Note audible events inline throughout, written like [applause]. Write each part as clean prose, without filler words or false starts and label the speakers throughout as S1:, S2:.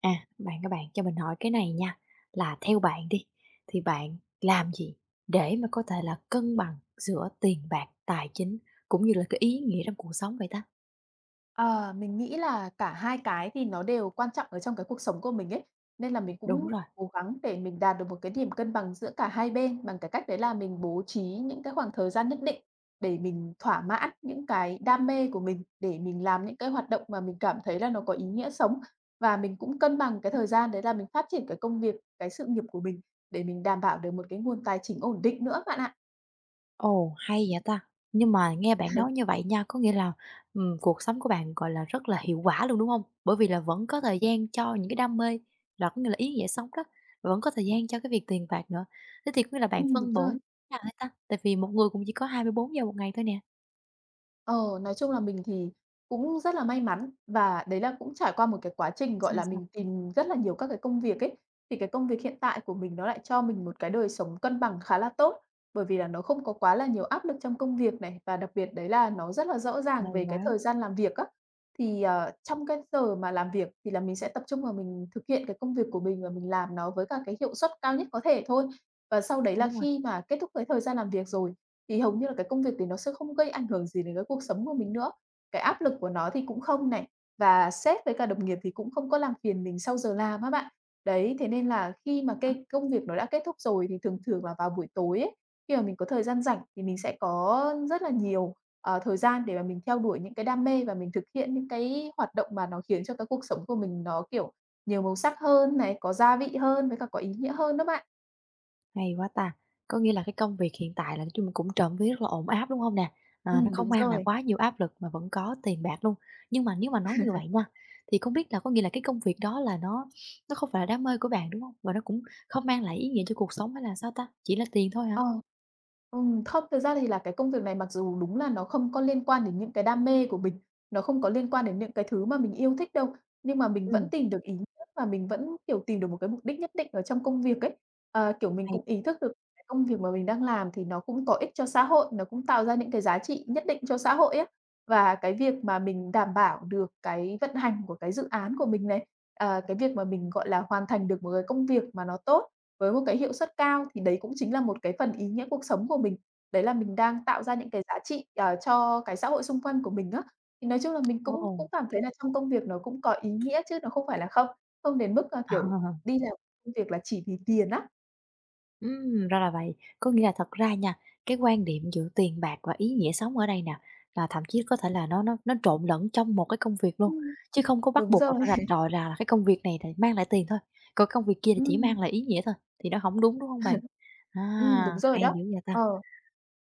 S1: À, các bạn cho mình hỏi cái này nha, là theo bạn đi thì bạn làm gì để mà có thể là cân bằng giữa tiền bạc, tài chính cũng như là cái ý nghĩa trong cuộc sống vậy ta?
S2: Ờ, mình nghĩ là cả hai cái thì nó đều quan trọng ở trong cái cuộc sống của mình ấy, nên là mình
S1: Đúng
S2: cũng
S1: rồi.
S2: cố gắng để mình đạt được một cái điểm cân bằng giữa cả hai bên bằng cái cách đấy là mình bố trí những cái khoảng thời gian nhất định để mình thỏa mãn những cái đam mê của mình, để mình làm những cái hoạt động mà mình cảm thấy là nó có ý nghĩa sống. Và mình cũng cân bằng cái thời gian đấy là mình phát triển cái công việc, cái sự nghiệp của mình để mình đảm bảo được một cái nguồn tài chính ổn định nữa bạn ạ.
S1: Ồ, hay vậy ta. Nhưng mà nghe bạn nói như vậy nha, có nghĩa là, cuộc sống của bạn, gọi là, rất là hiệu quả luôn, đúng không? Bởi vì là vẫn có thời gian cho những cái đam mê, là có nghĩa là ý nghĩa sống đó, và vẫn có thời gian cho cái việc tiền bạc nữa. Thế thì có nghĩa là
S2: Ừ,
S1: bạn
S2: đúng
S1: phân bổ
S2: rồi.
S1: như thế nào hả ta? Tại vì một người cũng chỉ có 24 giờ một ngày thôi nè.
S2: Ờ, nói chung là mình thì cũng rất là may mắn và đấy là cũng trải qua một cái quá trình, gọi
S1: Sao,
S2: là,
S1: sao?
S2: mình tìm rất là nhiều các cái công việc ấy. Thì cái công việc hiện tại của mình nó lại cho mình một cái đời sống cân bằng khá là tốt, bởi vì là nó không có quá là nhiều áp lực trong công việc này, và đặc biệt đấy là nó rất là rõ ràng
S1: Hay
S2: về cái
S1: quá!
S2: thời gian làm việc á. Thì, trong cái giờ mà làm việc thì là mình sẽ tập trung vào mình thực hiện cái công việc của mình và mình làm nó với cả cái hiệu suất cao nhất có thể thôi. Và sau đấy là
S1: Đúng rồi,
S2: khi mà kết thúc cái thời gian làm việc rồi thì hầu như là cái công việc thì nó sẽ không gây ảnh hưởng gì đến cái cuộc sống của mình nữa, cái áp lực của nó thì cũng không này, và sếp với cả đồng nghiệp thì cũng không có làm phiền mình sau giờ làm á bạn. Đấy, thế nên là khi mà
S1: đó,
S2: cái công việc nó đã kết thúc rồi thì thường thường là vào buổi tối ấy, khi mà mình có thời gian rảnh thì mình sẽ có rất là nhiều, thời gian để mà mình theo đuổi những cái đam mê và mình thực hiện những cái hoạt động mà nó khiến cho cái cuộc sống của mình nó, kiểu, nhiều màu sắc hơn này, có gia vị hơn với cả có ý nghĩa hơn đó bạn.
S1: hay quá ta! Có nghĩa là cái công việc hiện tại là nói chung cũng trộm vía rất là ổn áp, đúng không nè? Ờ, nó không
S2: Đúng
S1: mang lại
S2: rồi.
S1: quá nhiều áp lực mà vẫn có tiền bạc luôn. Nhưng mà nếu mà nói như vậy nha, thì không biết là có nghĩa là cái công việc đó là nó không phải là đam mê của bạn, đúng không? Và nó cũng không mang lại ý nghĩa cho cuộc sống hay là sao ta? Chỉ là tiền thôi hả?
S2: Ờ. Không, thực ra thì là cái công việc này mặc dù đúng là nó không có liên quan đến những cái đam mê của mình, nó không có liên quan đến những cái thứ mà mình yêu thích đâu, nhưng mà mình vẫn
S1: Ừm,
S2: tìm được ý nghĩa và mình vẫn, kiểu, tìm được một cái mục đích nhất định ở trong công việc ấy. Kiểu, mình
S1: hay.
S2: cũng ý thức được cái công việc mà mình đang làm thì nó cũng có ích cho xã hội, nó cũng tạo ra những cái giá trị nhất định cho xã hội á. Và cái việc mà mình đảm bảo được cái vận hành của cái dự án của mình này, cái việc mà mình, gọi là, hoàn thành được một cái công việc mà nó tốt với một cái hiệu suất cao thì đấy cũng chính là một cái phần ý nghĩa cuộc sống của mình. Đấy là mình đang tạo ra những cái giá trị, cho cái xã hội xung quanh của mình á. Thì nói chung là mình
S1: Ồ!
S2: cũng cũng cảm thấy là trong công việc nó cũng có ý nghĩa chứ nó không phải là không, không đến mức, là kiểu,
S1: [laughs]
S2: đi làm công việc là chỉ vì tiền á.
S1: Ra là vậy. Có nghĩa là thật ra nha, cái quan điểm giữa tiền bạc và ý nghĩa sống ở đây nè, là thậm chí có thể là nó trộn lẫn trong một cái công việc luôn,
S2: Ừm,
S1: chứ không có bắt
S2: đúng
S1: buộc là
S2: rồi.
S1: phải rạch ròi là cái công việc này thì mang lại tiền thôi, còn công việc kia thì chỉ
S2: Ừm,
S1: mang lại ý nghĩa thôi, thì nó không đúng, đúng không bạn?
S2: ừm, đúng
S1: À,
S2: rồi
S1: hay
S2: đó.
S1: dữ vậy ta!
S2: Ờ.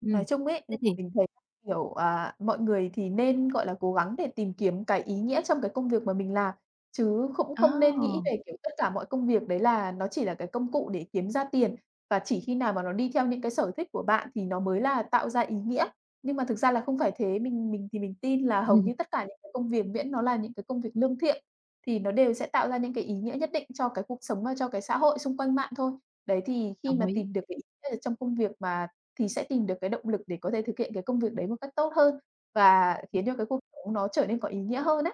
S1: Ừm,
S2: Nói chung ấy là
S1: thế thì
S2: mình thấy, kiểu, à, mọi người thì nên, gọi là, cố gắng để tìm kiếm cái ý nghĩa trong cái công việc mà mình làm, chứ cũng không nên nghĩ
S1: oh
S2: về, kiểu, tất cả mọi công việc đấy là nó chỉ là cái công cụ để kiếm ra tiền, và chỉ khi nào mà nó đi theo những cái sở thích của bạn thì nó mới là tạo ra ý nghĩa. Nhưng mà thực ra là không phải thế, mình thì mình tin là hầu như
S1: [laughs]
S2: tất cả những cái công việc miễn nó là những cái công việc lương thiện thì nó đều sẽ tạo ra những cái ý nghĩa nhất định cho cái cuộc sống và cho cái xã hội xung quanh bạn thôi. Đấy, thì khi
S1: đồng
S2: mà
S1: ý.
S2: tìm được cái ý nghĩa ở trong công việc mà thì sẽ tìm được cái động lực để có thể thực hiện cái công việc đấy một cách tốt hơn và khiến cho cái cuộc sống nó trở nên có ý nghĩa hơn á.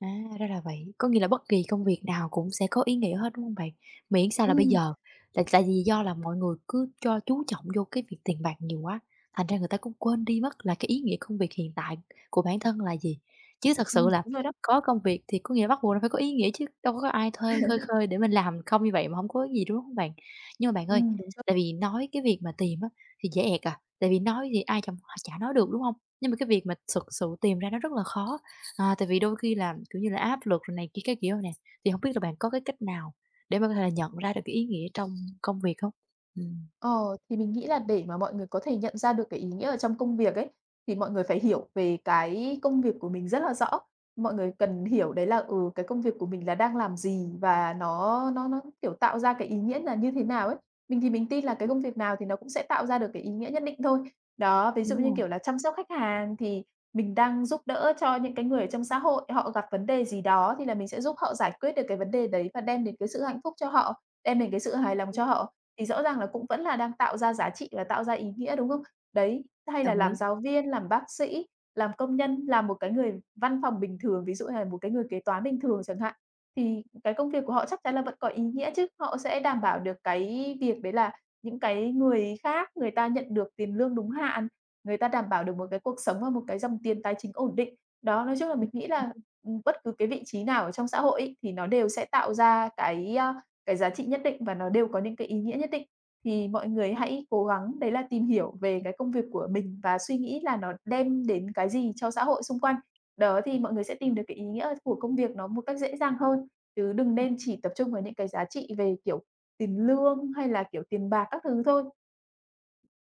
S1: À, ra là vậy. Có nghĩa là bất kỳ công việc nào cũng sẽ có ý nghĩa hết, đúng không bạn? Miễn sao là bây
S2: Ừm,
S1: giờ tại tại vì do là mọi người cứ cho chú trọng vô cái việc tiền bạc nhiều quá, thành ra người ta cũng quên đi mất là cái ý nghĩa công việc hiện tại của bản thân là gì. Chứ thật sự
S2: ừm,
S1: là
S2: đúng rồi đó.
S1: có công việc thì có nghĩa bắt buộc nó phải có ý nghĩa chứ, đâu có ai thuê khơi khơi để mình làm không như vậy mà không có gì, đúng không bạn? Nhưng mà bạn ơi,
S2: Đúng rồi.
S1: tại vì nói cái việc mà tìm á thì dễ ẹc à, tại vì nói thì ai chẳng chả nói được, đúng không? Nhưng mà cái việc mà thực sự tìm ra nó rất là khó. À, tại vì đôi khi là, kiểu như là, áp lực rồi này kia cái kiểu nè, thì không biết là bạn có cái cách nào để mà có thể là nhận ra được cái ý nghĩa trong công việc không? Ừm.
S2: Ờ, thì mình nghĩ là để mà mọi người có thể nhận ra được cái ý nghĩa ở trong công việc ấy, thì mọi người phải hiểu về cái công việc của mình rất là rõ. Mọi người cần hiểu đấy là, ừ, cái công việc của mình là đang làm gì và nó, kiểu, tạo ra cái ý nghĩa là như thế nào ấy. Mình thì mình tin là cái công việc nào thì nó cũng sẽ tạo ra được cái ý nghĩa nhất định thôi. Đó, ví dụ
S1: Đúng
S2: như,
S1: rồi,
S2: kiểu là, chăm sóc khách hàng thì mình đang giúp đỡ cho những cái người ở trong xã hội, họ gặp vấn đề gì đó thì là mình sẽ giúp họ giải quyết được cái vấn đề đấy và đem đến cái sự hạnh phúc cho họ, đem đến cái sự hài lòng cho họ. Thì rõ ràng là cũng vẫn là đang tạo ra giá trị và tạo ra ý nghĩa, đúng không? Đấy, hay là
S1: đồng
S2: làm
S1: ý.
S2: giáo viên, làm bác sĩ, làm công nhân, làm một cái người văn phòng bình thường, ví dụ như là một cái người kế toán bình thường chẳng hạn, thì cái công việc của họ chắc chắn là vẫn có ý nghĩa chứ. Họ sẽ đảm bảo được cái việc đấy là những cái người khác người ta nhận được tiền lương đúng hạn, người ta đảm bảo được một cái cuộc sống và một cái dòng tiền tài chính ổn định. Đó, nói chung là mình nghĩ là, bất cứ cái vị trí nào ở trong xã hội ấy, thì nó đều sẽ tạo ra cái, a, cái giá trị nhất định và nó đều có những cái ý nghĩa nhất định. Thì mọi người hãy cố gắng đấy là tìm hiểu về cái công việc của mình và suy nghĩ là nó đem đến cái gì cho xã hội xung quanh. Đó, thì mọi người sẽ tìm được cái ý nghĩa của công việc nó một cách dễ dàng hơn, chứ đừng nên chỉ tập trung vào những cái giá trị về, kiểu, tiền lương hay là, kiểu, tiền bạc các thứ thôi.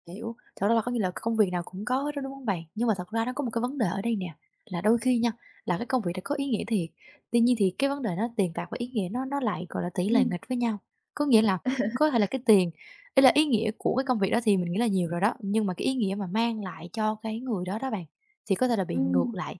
S1: Hiểu, thật ra là có nghĩa là công việc nào cũng có hết đó, đúng không bạn? Nhưng mà thật ra nó có một cái vấn đề ở đây nè, là đôi khi nha, là cái công việc đó có ý nghĩa thiệt, tuy nhiên thì cái vấn đề nó tiền bạc và ý nghĩa nó lại, gọi là, tỷ lệ
S2: Ừm,
S1: nghịch với nhau. Có nghĩa là có thể là cái tiền, ý là ý nghĩa của cái công việc đó thì mình nghĩ là nhiều rồi đó, nhưng mà cái ý nghĩa mà mang lại cho cái người đó đó bạn, thì có thể là bị ngược
S2: ừm,
S1: lại.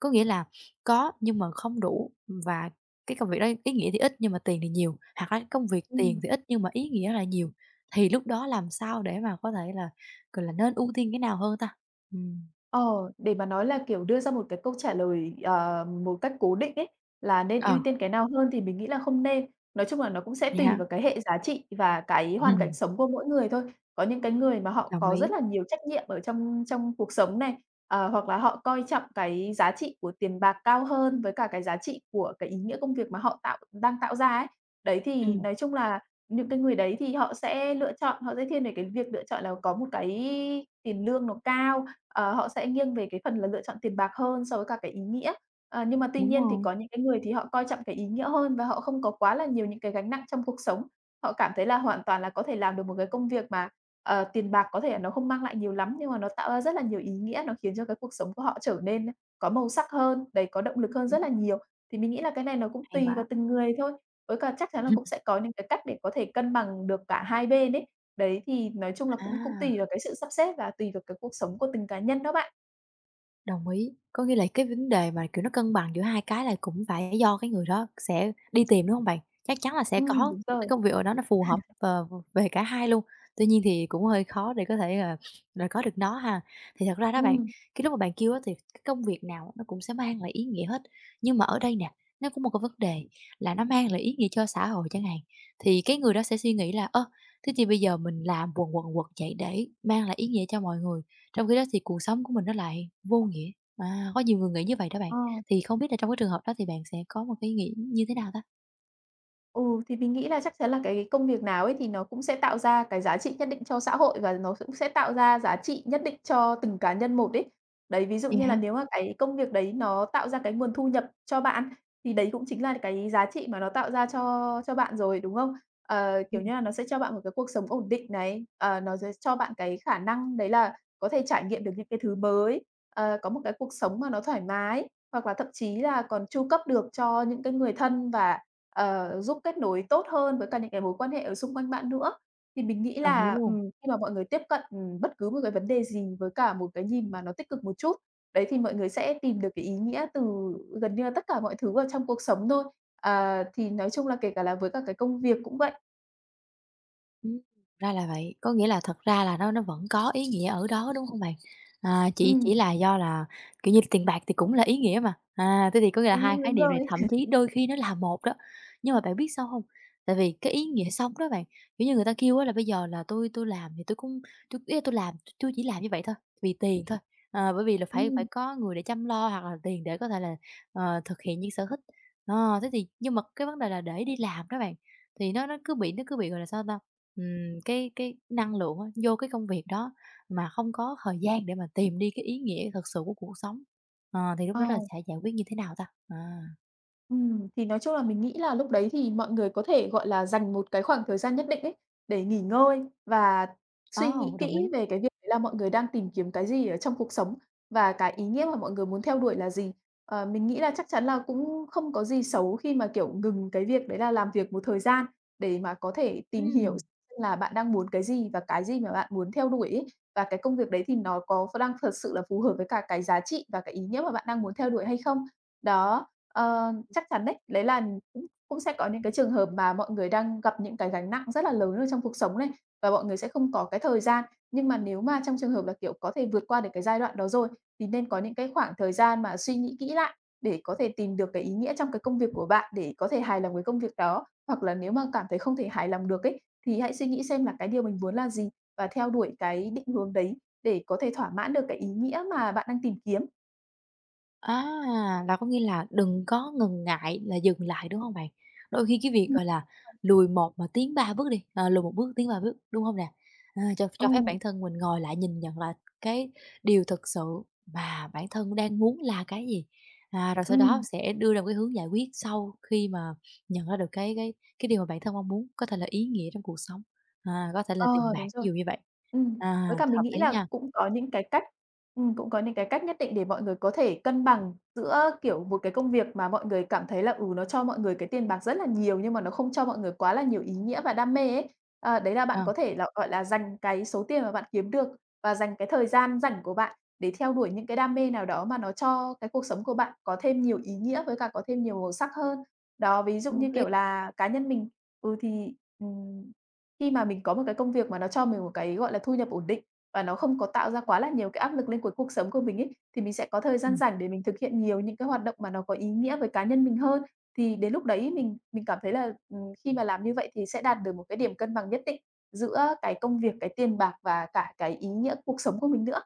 S1: Có nghĩa là có nhưng mà không đủ, và cái công việc đó ý nghĩa thì ít nhưng mà tiền thì nhiều, hoặc là cái công việc tiền
S2: ừm.
S1: thì ít nhưng mà ý nghĩa lại nhiều, thì lúc đó làm sao để mà có thể là, gọi là, nên ưu tiên cái nào hơn ta? Ừm.
S2: Ờ, để mà nói là, kiểu, đưa ra một cái câu trả lời, một cách cố định ấy, là nên
S1: Ờ,
S2: ưu tiên cái nào hơn thì mình nghĩ là không nên. Nói chung là nó cũng sẽ
S1: vậy
S2: tùy
S1: hả?
S2: vào cái hệ giá trị và cái
S1: [laughs]
S2: hoàn cảnh
S1: Ừm,
S2: sống của mỗi người thôi. Có những cái người mà họ
S1: đồng
S2: có rất
S1: ý.
S2: là nhiều trách nhiệm ở trong trong cuộc sống này, hoặc là họ coi trọng cái giá trị của tiền bạc cao hơn với cả cái giá trị của cái ý nghĩa công việc mà họ đang tạo ra ấy. Đấy, thì
S1: Ừm,
S2: nói chung là những cái người đấy thì họ sẽ lựa chọn, họ sẽ thiên về cái việc lựa chọn là có một cái tiền lương nó cao. Họ sẽ nghiêng về cái phần là lựa chọn tiền bạc hơn so với cả cái ý nghĩa. Nhưng mà tuy
S1: đúng
S2: nhiên thì
S1: rồi,
S2: có những cái người thì họ coi trọng cái ý nghĩa hơn và họ không có quá là nhiều những cái gánh nặng trong cuộc sống. Họ cảm thấy là hoàn toàn là có thể làm được một cái công việc mà, tiền bạc có thể là nó không mang lại nhiều lắm, nhưng mà nó tạo ra rất là nhiều ý nghĩa, nó khiến cho cái cuộc sống của họ trở nên có màu sắc hơn, đấy, có động lực hơn
S1: cũng
S2: rất là nhiều. Thì mình nghĩ là cái này nó cũng
S1: hay
S2: tùy
S1: quá.
S2: vào từng người thôi, với cả chắc chắn là cũng sẽ
S1: [laughs]
S2: có những cái cách để có thể cân bằng được cả hai bên đấy. Đấy, thì nói chung là cũng cũng tùy
S1: À.
S2: vào cái sự sắp xếp và tùy vào cái cuộc sống của từng cá nhân đó bạn.
S1: Đồng ý, có nghĩa là cái vấn đề mà, kiểu, nó cân bằng giữa hai cái là cũng phải do cái người đó sẽ đi tìm, đúng không bạn? Chắc chắn là sẽ có
S2: Đúng
S1: một cái
S2: rồi.
S1: công việc nào đó nó phù hợp, ờ, về cả hai luôn, tuy nhiên thì cũng hơi khó để có thể là có được nó ha. Thì thật ra đó bạn,
S2: Ừm,
S1: cái lúc mà bạn kêu á thì cái công việc nào nó cũng sẽ mang lại ý nghĩa hết, nhưng mà ở đây nè, nó cũng một cái vấn đề là nó mang lại ý nghĩa cho xã hội chẳng hạn, thì cái người đó sẽ suy nghĩ là "Ơ, thế thì bây giờ mình làm quần quần quật vậy để mang lại ý nghĩa cho mọi người." Trong khi đó thì cuộc sống của mình nó lại vô nghĩa. À, có nhiều người nghĩ như vậy đó bạn.
S2: ờ,
S1: Thì không biết là trong cái trường hợp đó thì bạn sẽ có một cái nghĩ như thế nào ta?
S2: ừ, thì mình nghĩ là chắc chắn là cái công việc nào ấy thì nó cũng sẽ tạo ra cái giá trị nhất định cho xã hội và nó cũng sẽ tạo ra giá trị nhất định cho từng cá nhân một ấy. Đấy, ví dụ
S1: Vậy
S2: như là
S1: hả?
S2: nếu mà cái công việc đấy nó tạo ra cái nguồn thu nhập cho bạn, thì đấy cũng chính là cái giá trị mà nó tạo ra cho bạn rồi, đúng không? Ờ, kiểu
S1: Ừm.
S2: như là, nó sẽ cho bạn một cái cuộc sống ổn định này, nó sẽ cho bạn cái khả năng đấy là có thể trải nghiệm được những cái thứ mới, có một cái cuộc sống mà nó thoải mái, hoặc là thậm chí là còn chu cấp được cho những cái người thân và, giúp kết nối tốt hơn với cả những cái mối quan hệ ở xung quanh bạn nữa. Thì mình nghĩ
S1: Đồng ý
S2: là,
S1: luôn.
S2: khi mà mọi người tiếp cận, bất cứ một cái vấn đề gì với cả một cái nhìn mà nó tích cực một chút, đấy, thì mọi người sẽ tìm được cái ý nghĩa từ gần như là tất cả mọi thứ ở trong cuộc sống thôi. À, thì nói chung là kể cả là với cả cái công việc cũng vậy.
S1: Ừm, ra là vậy, có nghĩa là thật ra là nó vẫn có ý nghĩa ở đó, đúng hông bạn? À, chỉ
S2: Ừm.
S1: là do là, kiểu như, tiền bạc thì cũng là ý nghĩa mà, à, thế thì có nghĩa là hai
S2: Ừm,
S1: khái
S2: đúng
S1: niệm này
S2: rồi.
S1: thậm chí đôi khi nó là một đó. Nhưng mà bạn biết sao hông? Tại vì cái ý nghĩa sống đó bạn, kiểu như, người ta kêu á là bây giờ là tôi làm thì tôi cũng tui, ý là tui làm tui chỉ làm như vậy thôi, vì tiền thôi." Ờ, bởi vì là phải phải
S2: Ừm,
S1: có người để chăm lo hoặc là tiền để có thể là, ờ, thực hiện những sở thích. Ờ, thế thì nhưng mà cái vấn đề là để đi làm đó bạn, thì nó cứ bị, gọi là, sao ta, cái năng lượng á, vô cái công việc đó mà không có thời gian để mà tìm đi cái ý nghĩa thật sự của cuộc sống. Ờ, thì lúc
S2: ờ.
S1: đó là sẽ giải quyết như thế nào ta? À,
S2: Thì nói chung là mình nghĩ là lúc đấy thì mọi người có thể, gọi là, dành một cái khoảng thời gian nhất định ấy, để nghỉ ngơi và suy
S1: ồ,
S2: nghĩ
S1: đồng ý.
S2: kỹ về cái việc đấy là mọi người đang tìm kiếm cái gì ở trong cuộc sống và cái ý nghĩa mà mọi người muốn theo đuổi là gì. Ờ, mình nghĩ là chắc chắn là cũng không có gì xấu khi mà, kiểu, ngừng cái việc đấy là làm việc một thời gian để mà có thể tìm hiểu
S1: Ừm.
S2: xem là bạn đang muốn cái gì và cái gì mà bạn muốn theo đuổi ấy, và cái công việc đấy thì nó có đang thật sự là phù hợp với cả cái giá trị và cái ý nghĩa mà bạn đang muốn theo đuổi hay không. Đó. Ờ, chắc chắn đấy. Đấy là cũng cũng sẽ có những cái trường hợp mà mọi người đang gặp những cái gánh nặng rất là lớn ở trong cuộc sống này, và mọi người sẽ không có cái thời gian. Nhưng mà nếu mà trong trường hợp là, kiểu, có thể vượt qua được cái giai đoạn đó rồi, thì nên có những cái khoảng thời gian mà suy nghĩ kỹ lại để có thể tìm được cái ý nghĩa trong cái công việc của bạn, để có thể hài lòng với công việc đó. Hoặc là nếu mà cảm thấy không thể hài lòng được ấy, thì hãy suy nghĩ xem là cái điều mình muốn là gì và theo đuổi cái định hướng đấy để có thể thỏa mãn được cái ý nghĩa mà bạn đang tìm kiếm.
S1: À, là có nghĩa là đừng có ngần ngại là dừng lại, đúng hông bạn? Đôi khi cái việc,
S2: Ừm,
S1: gọi là, lùi một mà tiến ba bước đi, ờ, lùi một bước tiến ba bước, đúng hông nè? À, cho phép
S2: ừ,
S1: bản thân mình ngồi lại nhìn nhận lại cái điều thực sự mà bản thân đang muốn là cái gì, à, rồi sau đó sẽ đưa ra một cái hướng giải quyết sau khi mà nhận ra được cái điều mà bản thân mong muốn, có thể là ý nghĩa trong cuộc sống, à, có thể là tiền
S2: Ờ,
S1: bạc,
S2: đúng
S1: ví
S2: rồi.
S1: dụ như vậy.
S2: Ừm,
S1: À,
S2: với cả mình
S1: hợp
S2: nghĩ
S1: lý
S2: là
S1: nha,
S2: cũng có những cái cách cũng có những cái cách nhất định để mọi người có thể cân bằng giữa, kiểu, một cái công việc mà mọi người cảm thấy là, ừ, nó cho mọi người cái tiền bạc rất là nhiều nhưng mà nó không cho mọi người quá là nhiều ý nghĩa và đam mê ấy. Ờ, đấy là bạn
S1: ờ,
S2: có thể là, gọi là, dành cái số tiền mà bạn kiếm được và dành cái thời gian rảnh của bạn để theo đuổi những cái đam mê nào đó mà nó cho cái cuộc sống của bạn có thêm nhiều ý nghĩa với cả có thêm nhiều màu sắc hơn. Đó, ví dụ
S1: cũng hợp
S2: như,
S1: lý.
S2: kiểu là, cá nhân mình. Ừ, thì, ừm, khi mà mình có một cái công việc mà nó cho mình một cái, gọi là, thu nhập ổn định và nó không có tạo ra quá là nhiều cái áp lực lên cuối cuộc sống của mình ấy, thì mình sẽ có thời gian
S1: Ừm.
S2: rảnh để mình thực hiện nhiều những cái hoạt động mà nó có ý nghĩa với cá nhân mình hơn. Thì đến lúc đấy mình cảm thấy là, khi mà làm như vậy thì sẽ đạt được một cái điểm cân bằng nhất định giữa cái công việc, cái tiền bạc và cả cái ý nghĩa cuộc sống của mình nữa.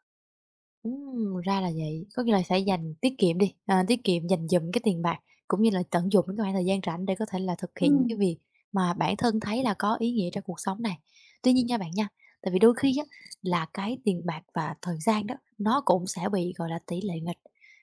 S1: Ra là vậy, có nghĩa là sẽ dành tiết kiệm đi, à, tiết kiệm dành dụm cái tiền bạc, cũng như là tận dụng những cái khoảng thời gian rảnh để có thể là thực hiện những cái
S2: Ừm,
S1: việc mà bản thân thấy là có ý nghĩa trong cuộc sống này. Tuy nhiên nha bạn nha, tại vì đôi khi á là cái tiền bạc và thời gian đó nó cũng sẽ bị, gọi là, tỷ lệ nghịch.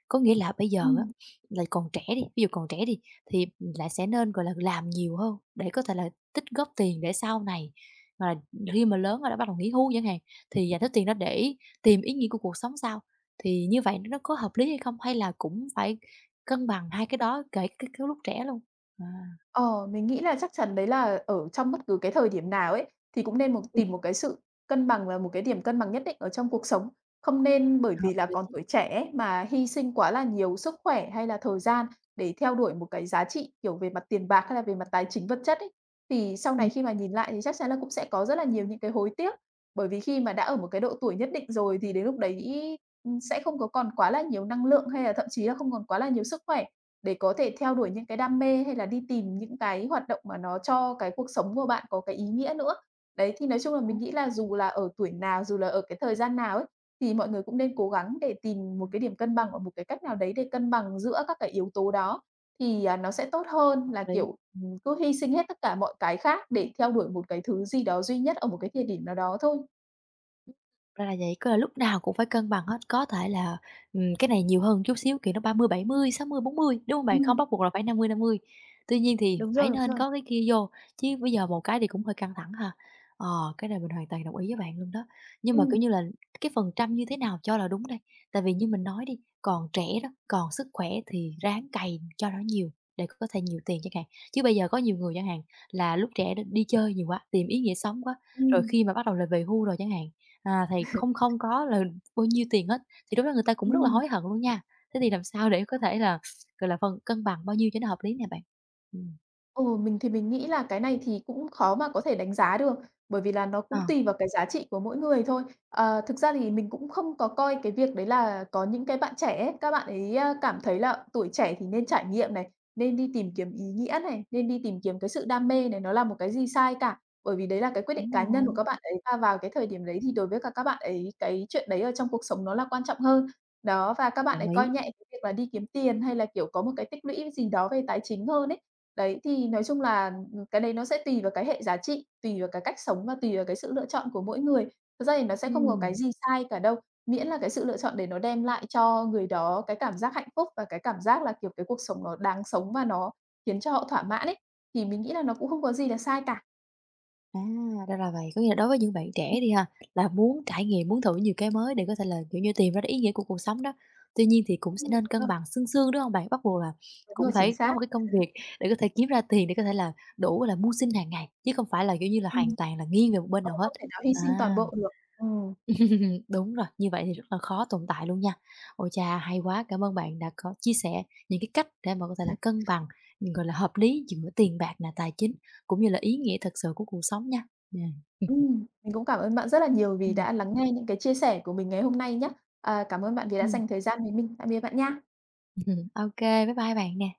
S1: Có nghĩa là bây giờ á
S2: ừm.
S1: là còn trẻ đi, ví dụ còn trẻ đi thì lại sẽ nên, gọi là, làm nhiều hơn để có thể là tích góp tiền để sau này, hoặc là khi mà lớn rồi đó bắt đầu nghỉ hưu chẳng hạn, thì dành hết tiền đó để tìm ý nghĩa của cuộc sống sao? Thì như vậy nó có hợp lý hay không? Hay là cũng phải cân bằng hai cái đó kể cái lúc trẻ luôn? À.
S2: Ờ, mình nghĩ là chắc chắn đấy là ở trong bất cứ cái thời điểm nào ấy, thì cũng nên một
S1: Ừm,
S2: tìm một cái sự cân bằng và một cái điểm cân bằng nhất định ở trong cuộc sống. Không nên bởi vì là còn tuổi trẻ ấy, mà hy sinh quá là nhiều sức khỏe hay là thời gian để theo đuổi một cái giá trị, kiểu, về mặt tiền bạc hay là về mặt tài chính vật chất ấy. Thì sau
S1: ừm,
S2: này khi mà nhìn lại thì chắc chắn là cũng sẽ có rất là nhiều những cái hối tiếc, bởi vì khi mà đã ở một cái độ tuổi nhất định rồi thì đến lúc đấy, sẽ không có còn quá là nhiều năng lượng hay là thậm chí là không còn quá là nhiều sức khỏe. Để có thể theo đuổi những cái đam mê hay là đi tìm những cái hoạt động mà nó cho cái cuộc sống của bạn có cái ý nghĩa nữa. Đấy, thì nói chung là mình
S1: đúng.
S2: nghĩ là dù là ở tuổi nào, dù là ở cái thời gian nào ấy, thì mọi người cũng nên cố gắng để tìm một cái điểm cân bằng, hoặc một cái cách nào đấy để cân bằng giữa các cái yếu tố đó, thì, à, nó sẽ tốt hơn
S1: Hợp
S2: là,
S1: lý.
S2: kiểu, cứ hy sinh hết tất cả mọi cái khác để theo đuổi một cái thứ gì đó duy nhất ở một cái thời điểm nào đó thôi.
S1: Ra là vậy, có là lúc nào cũng phải cân bằng hết, có thể là, cái này nhiều hơn chút xíu, kiểu, nó ba mươi mươi 70, 60-40, đúng không bạn? Không
S2: Ừm,
S1: bắt buộc là phải 50-50. Tuy nhiên thì
S2: đúng
S1: phải
S2: rồi, đúng
S1: nên
S2: rồi.
S1: có cái kia vô, chứ bây giờ một cái thì cũng hơi căng thẳng ha. Ờ, cái này mình hoàn toàn đồng ý với bạn luôn đó. Nhưng
S2: ừ
S1: mà, kiểu như là, cái phần trăm như thế nào cho là đúng đây? Tại vì như mình nói đi, còn trẻ đó, còn sức khỏe thì ráng cày cho nó nhiều để có thể nhiều tiền chẳng hạn. Chứ bây giờ có nhiều người chẳng hạn là lúc trẻ đi chơi nhiều quá, tìm ý nghĩa sống quá,
S2: ừ
S1: rồi khi mà bắt đầu là về hưu rồi chẳng hạn, à, thì không không có là bao nhiêu tiền hết, thì lúc đó người ta cũng rất là
S2: ừm.
S1: hối hận luôn nha. Thế thì làm sao để có thể là, gọi là, phần cân bằng bao nhiêu cho nó hợp lý nè bạn? Ừm.
S2: Ừ, mình thì mình nghĩ là cái này thì cũng khó mà có thể đánh giá được, bởi vì là nó
S1: Ờ,
S2: cũng tùy vào cái giá trị của mỗi người thôi. Ờ, thực ra thì mình cũng không có coi cái việc đấy là có những cái bạn trẻ ấy, các bạn ấy, a, cảm thấy là tuổi trẻ thì nên trải nghiệm này, nên đi tìm kiếm ý nghĩa này, nên đi tìm kiếm cái sự đam mê này, nó là một cái gì sai cả. Bởi vì đấy là cái quyết định
S1: đúng
S2: cá nhân của
S1: rồi,
S2: các bạn ấy và vào cái thời điểm đấy thì đối với cả các bạn ấy cái chuyện đấy ở trong cuộc sống nó là quan trọng hơn. Đó, và các bạn ấy
S1: đồng ý.
S2: coi nhẹ cái việc là đi kiếm tiền hay là, kiểu, có một cái tích lũy gì đó về tài chính hơn ấy. Đấy, thì nói chung là, cái đấy nó sẽ tùy vào cái hệ giá trị, tùy vào cái cách sống và tùy vào cái sự lựa chọn của mỗi người. Thật ra thì nó sẽ không có cái
S1: Ừm.
S2: gì sai cả đâu, miễn là cái sự lựa chọn để nó đem lại cho người đó cái cảm giác hạnh phúc và cái cảm giác là, kiểu, cái cuộc sống nó đáng sống và nó khiến cho họ thỏa mãn ấy, thì mình nghĩ là nó cũng không có gì là sai cả.
S1: À, ra là vậy, có nghĩa là đối với những bạn trẻ
S2: Ừm.
S1: đi ha, là muốn trải nghiệm, muốn thử nhiều cái mới để có thể là, kiểu như, tìm ra cái ý nghĩa của cuộc sống đó. Tuy nhiên thì cũng sẽ
S2: Ừm, đúng
S1: nên cân
S2: rồi,
S1: bằng xương xương, đúng không bạn? Bắt buộc là
S2: đúng
S1: cũng
S2: rồi, chính
S1: phải có
S2: xác.
S1: một cái công việc để có thể kiếm ra tiền để có thể là đủ là mưu sinh hàng ngày, chứ không phải là, kiểu như là, hoàn
S2: Ừm.
S1: toàn là nghiêng về một bên
S2: Ờ,
S1: nào hết.
S2: không thể nào hy
S1: À.
S2: sinh toàn bộ được. Ừm,
S1: [laughs] Đúng rồi, như vậy thì rất là khó tồn tại luôn nha. Ôi chà, hay quá, cảm ơn bạn đã có chia sẻ những cái cách để mà có thể là cân bằng, gọi là, hợp lý giữa tiền bạc là tài chính, cũng như là ý nghĩa thật sự của cuộc sống nha. Yeah.
S2: mình cũng cảm ơn bạn rất là nhiều vì đã
S1: [laughs]
S2: lắng nghe những cái chia sẻ của mình ngày hôm nay nhé. À, cảm ơn bạn vì đã
S1: Ừm,
S2: dành thời gian với mình. Tạm biệt bạn nha.
S1: ô [laughs] bye bye bạn nè.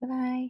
S1: Bye bye.